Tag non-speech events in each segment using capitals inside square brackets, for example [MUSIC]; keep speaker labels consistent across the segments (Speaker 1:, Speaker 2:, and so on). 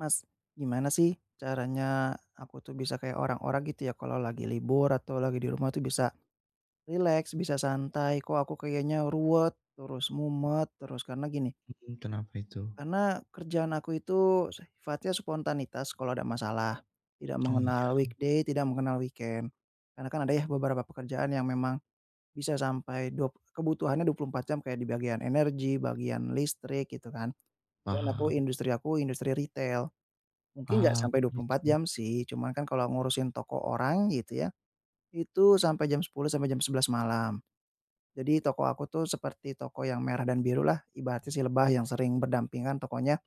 Speaker 1: Mas, gimana sih caranya aku tuh bisa kayak orang-orang gitu ya kalau lagi libur atau lagi di rumah tuh bisa rileks, bisa santai. Kok aku kayaknya ruwet, terus mumet, terus karena gini,
Speaker 2: Kenapa itu?
Speaker 1: karena kerjaan aku itu sifatnya spontanitas kalau ada masalah, tidak
Speaker 2: Oh, iya,
Speaker 1: mengenal weekday, tidak mengenal weekend. Karena kan ada ya beberapa pekerjaan yang memang bisa sampai kebutuhannya 24 jam kayak di bagian energi, bagian listrik gitu kan. Selain
Speaker 2: paham.
Speaker 1: aku industri retail. Mungkin nggak
Speaker 2: Ah,
Speaker 1: sampai 24
Speaker 2: gitu.
Speaker 1: jam sih, cuman kan kalau ngurusin toko orang gitu ya, itu sampai jam 10.00 sampai jam 11.00 malam. Jadi toko aku tuh seperti toko yang merah dan biru lah, ibaratnya si lebah yang sering berdampingan tokonya.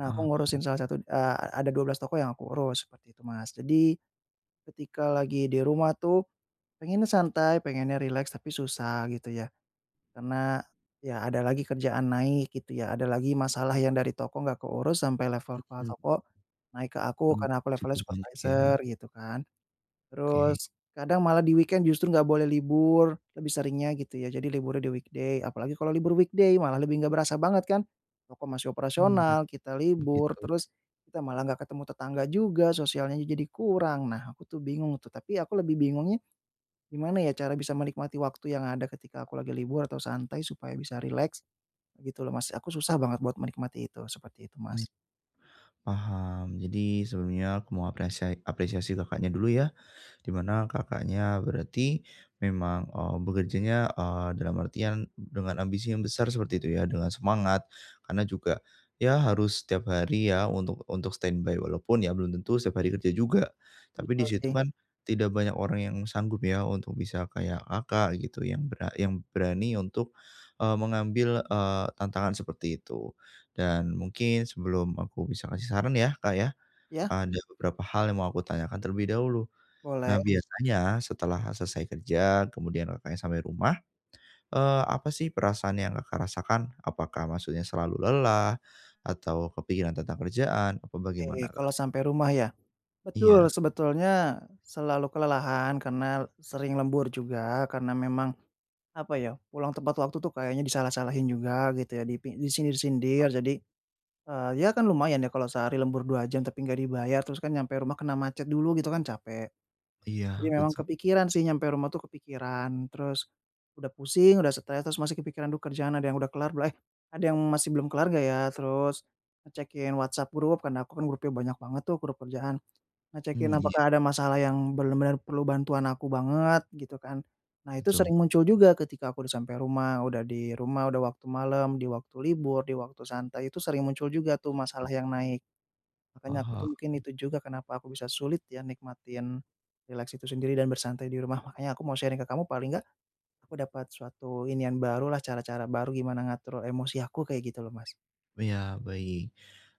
Speaker 1: Nah, aku
Speaker 2: Ah,
Speaker 1: ngurusin
Speaker 2: paham,
Speaker 1: ada 12 toko yang aku urus, seperti itu Mas. Jadi ketika lagi di rumah tuh, pengennya santai, pengennya rileks, tapi susah gitu ya. Karena ya ada lagi kerjaan naik gitu ya, ada lagi masalah yang dari toko nggak keurus sampai level kepala toko. Naik ke aku
Speaker 2: mmm,
Speaker 1: karena aku
Speaker 2: jadi
Speaker 1: levelnya
Speaker 2: banyak ya.
Speaker 1: supervisor gitu kan.
Speaker 2: Oke.
Speaker 1: Terus kadang malah di weekend justru nggak boleh libur, lebih seringnya gitu ya. Jadi liburnya di weekday, apalagi kalau libur weekday malah lebih nggak berasa banget kan. Toko masih
Speaker 2: Mmm,
Speaker 1: operasional, kita libur,
Speaker 2: begitu.
Speaker 1: terus kita malah nggak ketemu tetangga juga, sosialnya jadi kurang. Nah, aku tuh bingung tuh, tapi aku lebih bingungnya gimana ya cara bisa menikmati waktu yang ada ketika aku lagi libur atau santai supaya bisa rileks, gitu loh Mas. Aku susah banget buat menikmati itu, seperti itu
Speaker 2: Mmm,
Speaker 1: Mas.
Speaker 2: paham. Jadi sebelumnya aku mau apresiasi Kakaknya dulu ya. Di mana Kakaknya berarti memang, bekerjanya, dalam artian dengan ambisi yang besar seperti itu ya, dengan semangat. Karena juga ya harus setiap hari ya untuk standby walaupun ya belum tentu setiap hari kerja juga. Tapi di
Speaker 1: Betul
Speaker 2: situ
Speaker 1: sih.
Speaker 2: kan tidak banyak orang yang sanggup ya untuk bisa kayak Kakak gitu yang berani untuk, mengambil, tantangan seperti itu. Dan mungkin sebelum aku bisa kasih saran ya, Kak, ya,
Speaker 1: Ya,
Speaker 2: ada beberapa hal yang mau aku tanyakan terlebih dahulu. Nah,
Speaker 1: boleh.
Speaker 2: biasanya setelah selesai kerja, kemudian Kakaknya sampai rumah, apa sih perasaan yang Kakak rasakan? Apakah maksudnya selalu lelah atau kepikiran tentang kerjaan? Apa bagaimana,
Speaker 1: Oke,
Speaker 2: Kak?
Speaker 1: kalau sampai rumah ya?
Speaker 2: Iya,
Speaker 1: Betul, sebetulnya selalu kelelahan karena sering lembur juga, karena memang, apa ya, pulang tepat waktu tuh kayaknya disalah-salahin juga gitu ya, disindir-sindir. Jadi, ya kan lumayan ya kalau sehari lembur 2 jam tapi nggak dibayar, terus kan nyampe rumah kena macet dulu gitu kan capek. Jadi
Speaker 2: iya,
Speaker 1: memang
Speaker 2: betul.
Speaker 1: kepikiran sih, nyampe rumah tuh kepikiran, terus udah pusing, udah stres, terus masih kepikiran, "Dulu kerjaan ada yang udah kelar belum? Eh, ada yang masih belum kelar nggak ya?" Terus ngecekin WhatsApp grup, karena aku kan grupnya banyak banget tuh, grup kerjaan. Ngecekin
Speaker 2: Mmm, iya,
Speaker 1: apakah ada masalah yang benar-benar perlu bantuan aku banget gitu kan. Nah, itu
Speaker 2: betul.
Speaker 1: sering muncul juga ketika aku udah sampai rumah, udah di rumah, udah waktu malam, di waktu libur, di waktu santai, itu sering muncul juga tuh masalah yang naik. Makanya aku tuh
Speaker 2: Paham.
Speaker 1: mungkin itu juga kenapa aku bisa sulit ya nikmatin rileks itu sendiri dan bersantai di rumah. Makanya aku mau sharing ke kamu, paling nggak aku dapat suatu inian barulah, cara-cara baru gimana ngatur emosi aku kayak gitu loh Mas.
Speaker 2: Ya baik.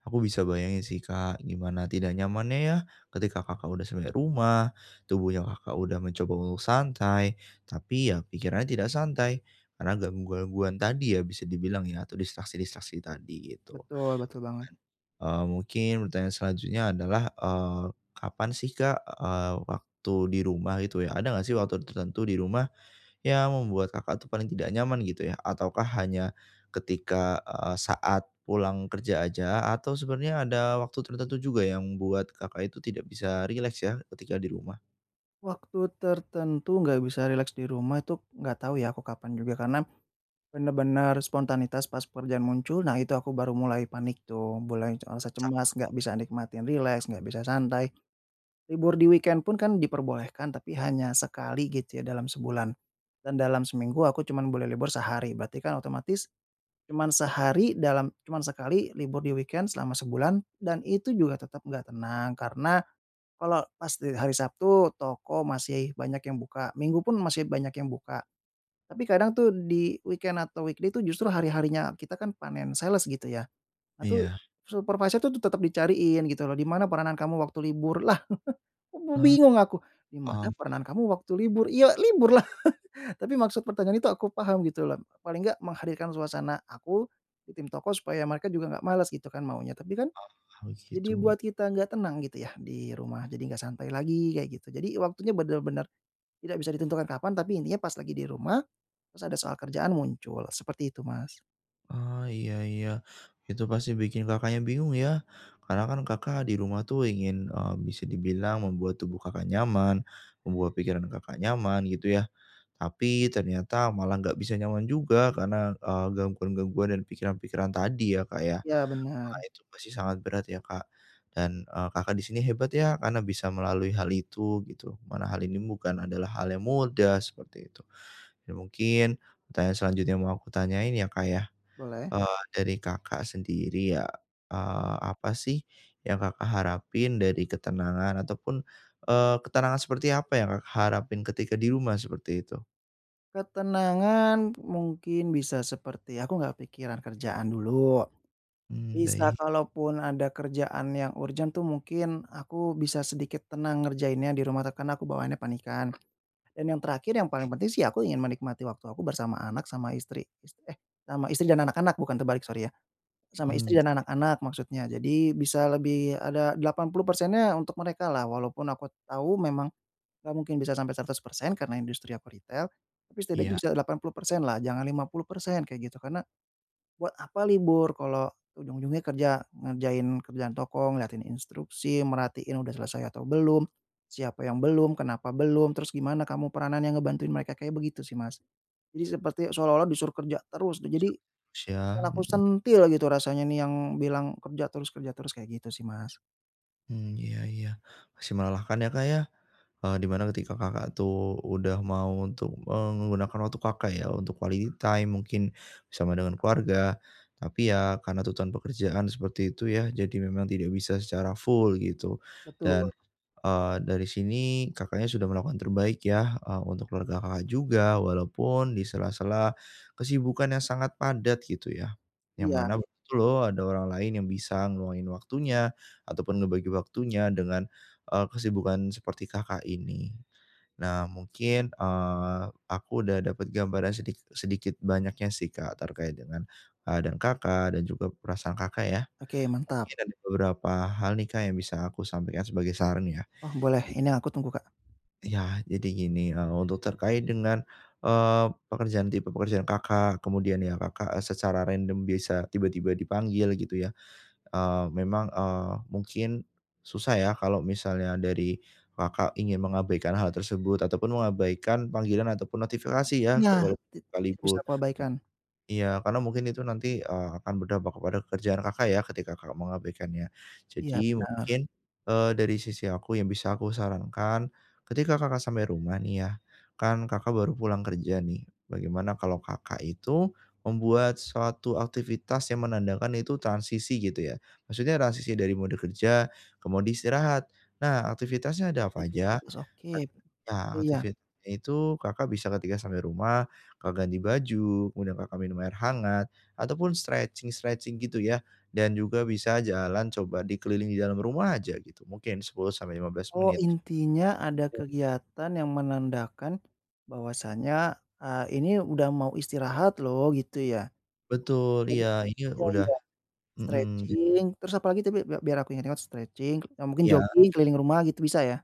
Speaker 2: Aku bisa bayangin sih Kak, gimana tidak nyamannya ya ketika Kakak udah sampai rumah, tubuhnya Kakak udah mencoba untuk santai, tapi ya pikirannya tidak santai. Karena gangguan-gangguan tadi ya bisa dibilang ya, atau distraksi-distraksi tadi gitu.
Speaker 1: Betul betul banget.
Speaker 2: Mungkin pertanyaan selanjutnya adalah, kapan sih Kak, waktu di rumah gitu ya, ada nggak sih waktu tertentu di rumah yang membuat Kakak tuh paling tidak nyaman gitu ya? Ataukah hanya ketika, saat pulang kerja aja atau sebenarnya ada waktu tertentu juga yang buat Kakak itu tidak bisa rileks ya ketika di rumah?
Speaker 1: Waktu tertentu nggak bisa rileks di rumah itu nggak tahu ya aku kapan juga, karena bener bener, spontanitas pas pekerjaan muncul, nah itu aku baru mulai panik tuh, mulai rasa
Speaker 2: Sak
Speaker 1: cemas, nggak bisa nikmatin rileks, nggak bisa santai. Libur di weekend pun kan diperbolehkan, tapi hanya sekali gitu ya dalam sebulan. Dan dalam seminggu aku cuman boleh libur sehari, berarti kan otomatis cuman sehari dalam, cuman sekali libur di weekend selama sebulan, dan itu juga tetap nggak tenang. Karena kalau pas di hari Sabtu, toko masih banyak yang buka, Minggu pun masih banyak yang buka. Tapi kadang tuh di weekend atau weekday tuh justru hari-harinya kita kan panen sales gitu ya. Nah tuh,
Speaker 2: Iya.
Speaker 1: supervisor tuh tetap dicariin gitu loh, "Di mana peranan kamu waktu libur?" Lah,
Speaker 2: Ah. Oh,
Speaker 1: bingung aku, "Di mana
Speaker 2: paham
Speaker 1: peranan kamu waktu libur?" "Ya libur lah." [LAUGHS] Tapi maksud pertanyaan itu aku paham gitu loh. Paling nggak menghadirkan suasana aku di tim toko supaya mereka juga nggak malas gitu kan maunya. Tapi kan jadi
Speaker 2: gitu.
Speaker 1: buat kita nggak tenang gitu ya di rumah, jadi nggak santai lagi kayak gitu. Jadi waktunya bener-bener tidak bisa ditentukan kapan, tapi intinya pas lagi di rumah, terus ada soal kerjaan muncul, seperti itu, Mas.
Speaker 2: Oh, iya, iya. Itu pasti bikin Kakaknya bingung ya. Karena kan Kakak di rumah tuh ingin, bisa dibilang membuat tubuh Kakak nyaman, membuat pikiran Kakak nyaman gitu ya. Tapi ternyata malah nggak bisa nyaman juga karena, gangguan-gangguan dan pikiran-pikiran tadi ya, Kak, ya.
Speaker 1: Iya, benar.
Speaker 2: Wah, itu pasti sangat berat ya, Kak. Dan, Kakak di sini hebat ya karena bisa melalui hal itu gitu, mana hal ini bukan adalah hal yang mudah seperti itu. Dan mungkin pertanyaan selanjutnya yang mau aku tanyain ya, Kak, ya.
Speaker 1: Boleh.
Speaker 2: Dari Kakak sendiri ya, apa sih yang Kakak harapin dari ketenangan ataupun, ketenangan seperti apa yang Kakak harapin ketika di rumah seperti itu?
Speaker 1: Ketenangan mungkin bisa seperti aku nggak pikiran kerjaan dulu,
Speaker 2: Hmm,
Speaker 1: bisa
Speaker 2: baik.
Speaker 1: kalaupun ada kerjaan yang urgent tuh mungkin aku bisa sedikit tenang ngerjainnya di rumah, karena aku bawaannya panikan. Dan yang terakhir yang paling penting sih, aku ingin menikmati waktu aku bersama anak sama istri, sama istri dan anak-anak, bukan terbalik, sorry ya. Sama istri
Speaker 2: Hmm,
Speaker 1: dan anak-anak maksudnya. Jadi bisa lebih ada 80%nya untuk merekalah, walaupun aku tahu memang nggak mungkin bisa sampai 100% karena industri aku retail, tapi setidaknya
Speaker 2: iya,
Speaker 1: bisa 80%-lah, jangan 50% kayak gitu. Karena buat apa libur kalau ujung-ujungnya kerja, ngerjain kerjaan toko, ngeliatin instruksi, merhatiin udah selesai atau belum, siapa yang belum, kenapa belum, terus gimana kamu peranan yang ngebantuin mereka, kayak begitu sih, Mas. Jadi seperti seolah-olah disuruh kerja terus. Jadi
Speaker 2: bagus ya,
Speaker 1: pengen aku
Speaker 2: mhm.
Speaker 1: sentil gitu rasanya nih yang bilang kerja terus, kerja terus kayak gitu sih, Mas.
Speaker 2: Mmm, iya, iya. Masih melelahkan ya, Kak, ya, di mana ketika Kakak tuh udah mau untuk menggunakan waktu Kakak ya untuk quality time mungkin bersama dengan keluarga, tapi ya karena tuntutan pekerjaan seperti itu ya, jadi memang tidak bisa secara full gitu
Speaker 1: Betul,
Speaker 2: dan dari sini Kakaknya sudah melakukan terbaik ya, untuk keluarga Kakak juga, walaupun di sela-sela kesibukan yang sangat padat gitu ya. Yang
Speaker 1: iya.
Speaker 2: mana. Iya, betul, loh, ada orang lain yang bisa ngeluangin waktunya, ataupun ngebagi waktunya dengan, kesibukan seperti Kakak ini. Nah mungkin, aku udah dapat gambaran sedikit banyaknya sih Kak, terkait dengan keadaan Kakak dan juga perasaan Kakak ya.
Speaker 1: Oke, mantap.
Speaker 2: Mungkin ada beberapa hal nih Kak, yang bisa aku sampaikan sebagai saran ya.
Speaker 1: Oh, boleh, ini aku tunggu, Kak.
Speaker 2: Ya, jadi gini, untuk terkait dengan, eee, tipe pekerjaan Kakak, kemudian ya Kakak, secara random bisa tiba-tiba dipanggil gitu ya, memang, mungkin susah ya kalau misalnya dari Kakak ingin mengabaikan hal tersebut ataupun mengabaikan panggilan ataupun notifikasi ya,
Speaker 1: Iya,
Speaker 2: walaupun
Speaker 1: tidak bisa
Speaker 2: sekalipun.
Speaker 1: aku abaikan.
Speaker 2: Iya, karena mungkin itu nanti, akan berdampak kepada kerjaan Kakak ya ketika Kakak mengabaikannya.
Speaker 1: Iya,
Speaker 2: Jadi
Speaker 1: benar.
Speaker 2: mungkin, dari sisi aku yang bisa aku sarankan, ketika Kakak sampai rumah nih ya, kan Kakak baru pulang kerja nih, bagaimana kalau Kakak itu membuat suatu aktivitas yang menandakan itu transisi gitu ya. Maksudnya transisi dari mode kerja ke mode istirahat. Nah, aktivitasnya ada apa aja?
Speaker 1: Aktivitas, oke,
Speaker 2: Ak ya,
Speaker 1: iya.
Speaker 2: aktivitasnya itu Kakak bisa ketika sampai rumah, Kakak ganti baju, kemudian Kakak minum air hangat, ataupun stretching-stretching gitu ya, dan juga bisa jalan coba dikeliling di dalam rumah aja gitu, mungkin 10 sampai 15
Speaker 1: Oh,
Speaker 2: menit.
Speaker 1: intinya ada kegiatan yang menandakan bahwasanya, ini udah mau istirahat loh gitu ya.
Speaker 2: Betul,
Speaker 1: Jadi
Speaker 2: iya, ini
Speaker 1: iya
Speaker 2: udah,
Speaker 1: iya,
Speaker 2: mhm, jadi
Speaker 1: stretching, terus apalagi tadi, biar aku ingat-ingat, stretching, mungkin
Speaker 2: iya,
Speaker 1: jogging keliling rumah gitu bisa ya?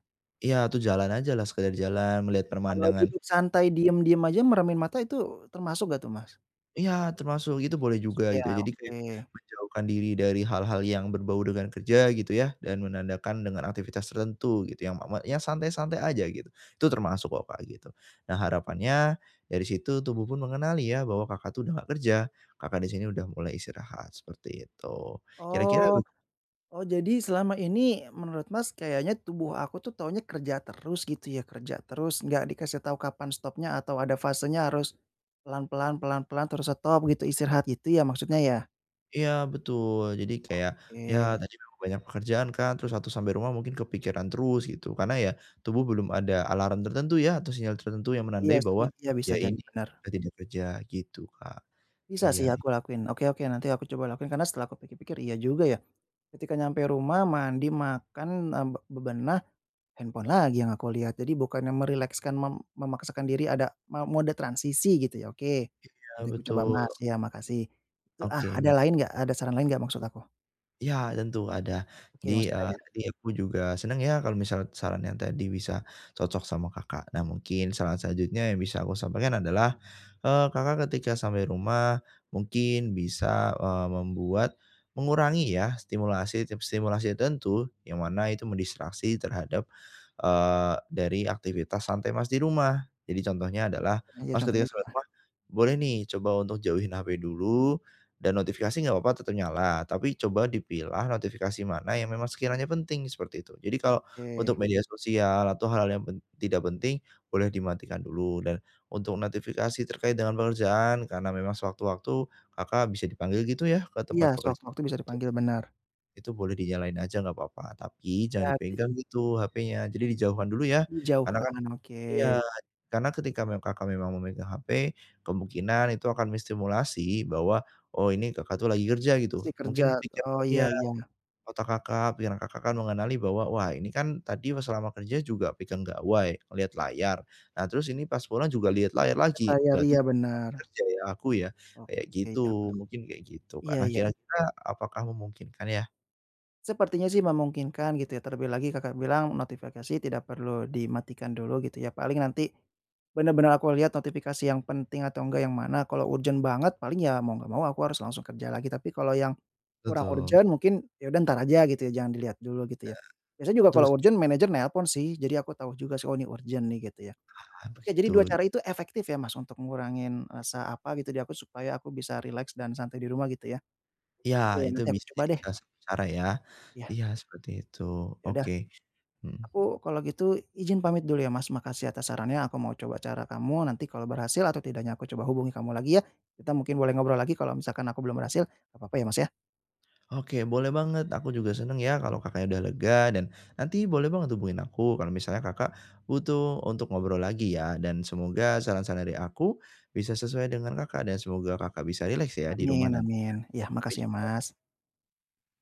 Speaker 2: iya, tuh jalan ajalah, sekedar jalan, melihat
Speaker 1: Kalau
Speaker 2: pemandangan.
Speaker 1: duduk santai diem-diem aja meremin mata itu termasuk nggak tuh, Mas?
Speaker 2: Iya, termasuk itu boleh
Speaker 1: Masuk
Speaker 2: juga
Speaker 1: ya?
Speaker 2: gitu ya. Jadi kayak
Speaker 1: Oke.
Speaker 2: menjauhkan diri dari hal-hal yang berbau dengan kerja gitu ya, dan menandakan dengan aktivitas tertentu gitu yang ma yang santai-santai aja gitu. Itu termasuk kok Kak gitu. Nah harapannya dari situ tubuh pun mengenali ya bahwa Kakak tuh udah nggak kerja, Kakak di sini udah mulai istirahat, seperti itu. Kira-kira
Speaker 1: Oh,
Speaker 2: bag
Speaker 1: oh, jadi selama ini menurut Mas kayaknya tubuh aku tuh taunya kerja terus gitu ya, kerja terus, nggak dikasih tahu kapan stopnya, atau ada fasenya harus pelan-pelan terus stop gitu, istirahat gitu ya, maksudnya ya?
Speaker 2: Iya, betul, jadi kayak, ya
Speaker 1: Oke.
Speaker 2: tadi memang banyak pekerjaan kan, terus satu sampai rumah mungkin kepikiran terus gitu, karena ya tubuh belum ada alarm tertentu ya, atau sinyal tertentu yang
Speaker 1: Iya
Speaker 2: menandai bahwa,
Speaker 1: sih, iya bisa
Speaker 2: ya
Speaker 1: jadi
Speaker 2: ini
Speaker 1: bener.
Speaker 2: sudah tidak kerja gitu Kak.
Speaker 1: Bisa
Speaker 2: Iya,
Speaker 1: sih
Speaker 2: iya,
Speaker 1: aku lakuin. Oke oke, nanti aku coba lakuin, karena setelah aku pikir-pikir iya juga ya. Ketika nyampe rumah mandi, makan, bebenah, handphone lagi yang aku lihat. Jadi bukannya merilekskan, memaksakan diri ada mode transisi gitu ya, oke. Nanti aku coba,
Speaker 2: betul,
Speaker 1: Mas, iya makasih.
Speaker 2: oke.
Speaker 1: Ada lain nggak, ada saran lain nggak, maksud aku?
Speaker 2: Iya, tentu ada.
Speaker 1: Oke,
Speaker 2: Jadi,
Speaker 1: masih ada ya?
Speaker 2: tadi aku juga senang ya kalau misal saran yang tadi bisa cocok sama Kakak. Nah, mungkin saran selanjutnya yang bisa aku sampaikan adalah, Kakak ketika sampai rumah mungkin bisa, mengurangi ya stimulasi stimulasi tertentu yang mana itu mendistraksi terhadap, dari aktivitas santai Mas di rumah. Jadi contohnya adalah
Speaker 1: Iya,
Speaker 2: Mas
Speaker 1: contohnya
Speaker 2: ketika sampai
Speaker 1: gimana?
Speaker 2: rumah, boleh nih coba untuk jauhin HP dulu dan notifikasi nggak apa-apa tetap nyala, tapi coba dipilah notifikasi mana yang memang sekiranya penting, seperti itu. Jadi kalau
Speaker 1: Oke.
Speaker 2: untuk media sosial atau hal-hal yang tidak penting, boleh dimatikan dulu. Dan untuk notifikasi terkait dengan pekerjaan, karena memang sewaktu-waktu Kakak bisa dipanggil gitu ya ke
Speaker 1: Iya,
Speaker 2: tempat pekerjaan
Speaker 1: sewaktu-waktu bisa
Speaker 2: itu,
Speaker 1: dipanggil, benar.
Speaker 2: itu boleh dinyalain aja nggak apa-apa, tapi jangan
Speaker 1: Ya, di
Speaker 2: dipegang gitu HP-nya, jadi dijauhkan dulu ya, karena kan.
Speaker 1: dijauhkan, oke.
Speaker 2: Iya, karena ketika Kakak memang memegang HP, kemungkinan itu akan menstimulasi bahwa, oh ini Kakak tuh lagi kerja gitu.
Speaker 1: Masih kerja,
Speaker 2: Mungkin pikir
Speaker 1: oh
Speaker 2: iya,
Speaker 1: iya iya.
Speaker 2: otak Kakak, pikiran Kakak akan mengenali bahwa, wah ini kan tadi selama kerja juga pegang gawai, lihat layar. Nah terus ini pas pulang juga lihat layar lagi, oh
Speaker 1: Layar,
Speaker 2: berarti
Speaker 1: iya
Speaker 2: masih
Speaker 1: benar.
Speaker 2: kerja ya aku ya,
Speaker 1: Oke,
Speaker 2: kayak gitu,
Speaker 1: iya.
Speaker 2: mungkin kayak gitu, Kak.
Speaker 1: Iya
Speaker 2: Nah
Speaker 1: iya.
Speaker 2: kira-kira apakah memungkinkan ya?
Speaker 1: Sepertinya sih memungkinkan gitu ya, terlebih lagi Kakak bilang notifikasi tidak perlu dimatikan dulu gitu ya, paling nanti benar-benar aku lihat notifikasi yang penting atau enggak yang mana. Kalau urgent banget paling ya mau nggak mau aku harus langsung kerja lagi, tapi kalau yang kurang
Speaker 2: Betul,
Speaker 1: urgent mungkin ya udah ntar aja gitu ya, jangan dilihat dulu gitu ya. Biasanya juga
Speaker 2: betul
Speaker 1: kalau urgent manajer nelpon sih, jadi aku tahu juga sih, "Oh ini urgent nih," gitu ya.
Speaker 2: sekali
Speaker 1: Oke, jadi
Speaker 2: begitu.
Speaker 1: 2 cara itu efektif ya Mas untuk ngurangin rasa apa gitu di aku supaya aku bisa rileks dan santai di rumah gitu ya?
Speaker 2: Iya,
Speaker 1: Oke,
Speaker 2: itu
Speaker 1: nanti aku
Speaker 2: bisa
Speaker 1: coba
Speaker 2: jadi
Speaker 1: deh.
Speaker 2: salah satu cara ya.
Speaker 1: Iya,
Speaker 2: Iya, seperti itu.
Speaker 1: ya udah.
Speaker 2: Oke, mhm.
Speaker 1: Aku kalau gitu izin pamit dulu ya Mas, makasih atas sarannya, aku mau coba cara kamu, nanti kalau berhasil atau tidaknya aku coba hubungi kamu lagi ya. Kita mungkin boleh ngobrol lagi kalau misalkan aku belum berhasil, nggak apa-apa ya Mas ya?
Speaker 2: Oke, boleh banget, aku juga seneng ya kalau Kakaknya udah lega dan nanti boleh banget hubungin aku kalau misalnya Kakak butuh untuk ngobrol lagi ya dan semoga saran-saran dari aku bisa sesuai dengan Kakak dan semoga Kakak bisa rileks ya di
Speaker 1: Amin
Speaker 2: rumah nanti.
Speaker 1: amin. Ya,
Speaker 2: Sampai
Speaker 1: makasih ya
Speaker 2: jumpa.
Speaker 1: Mas.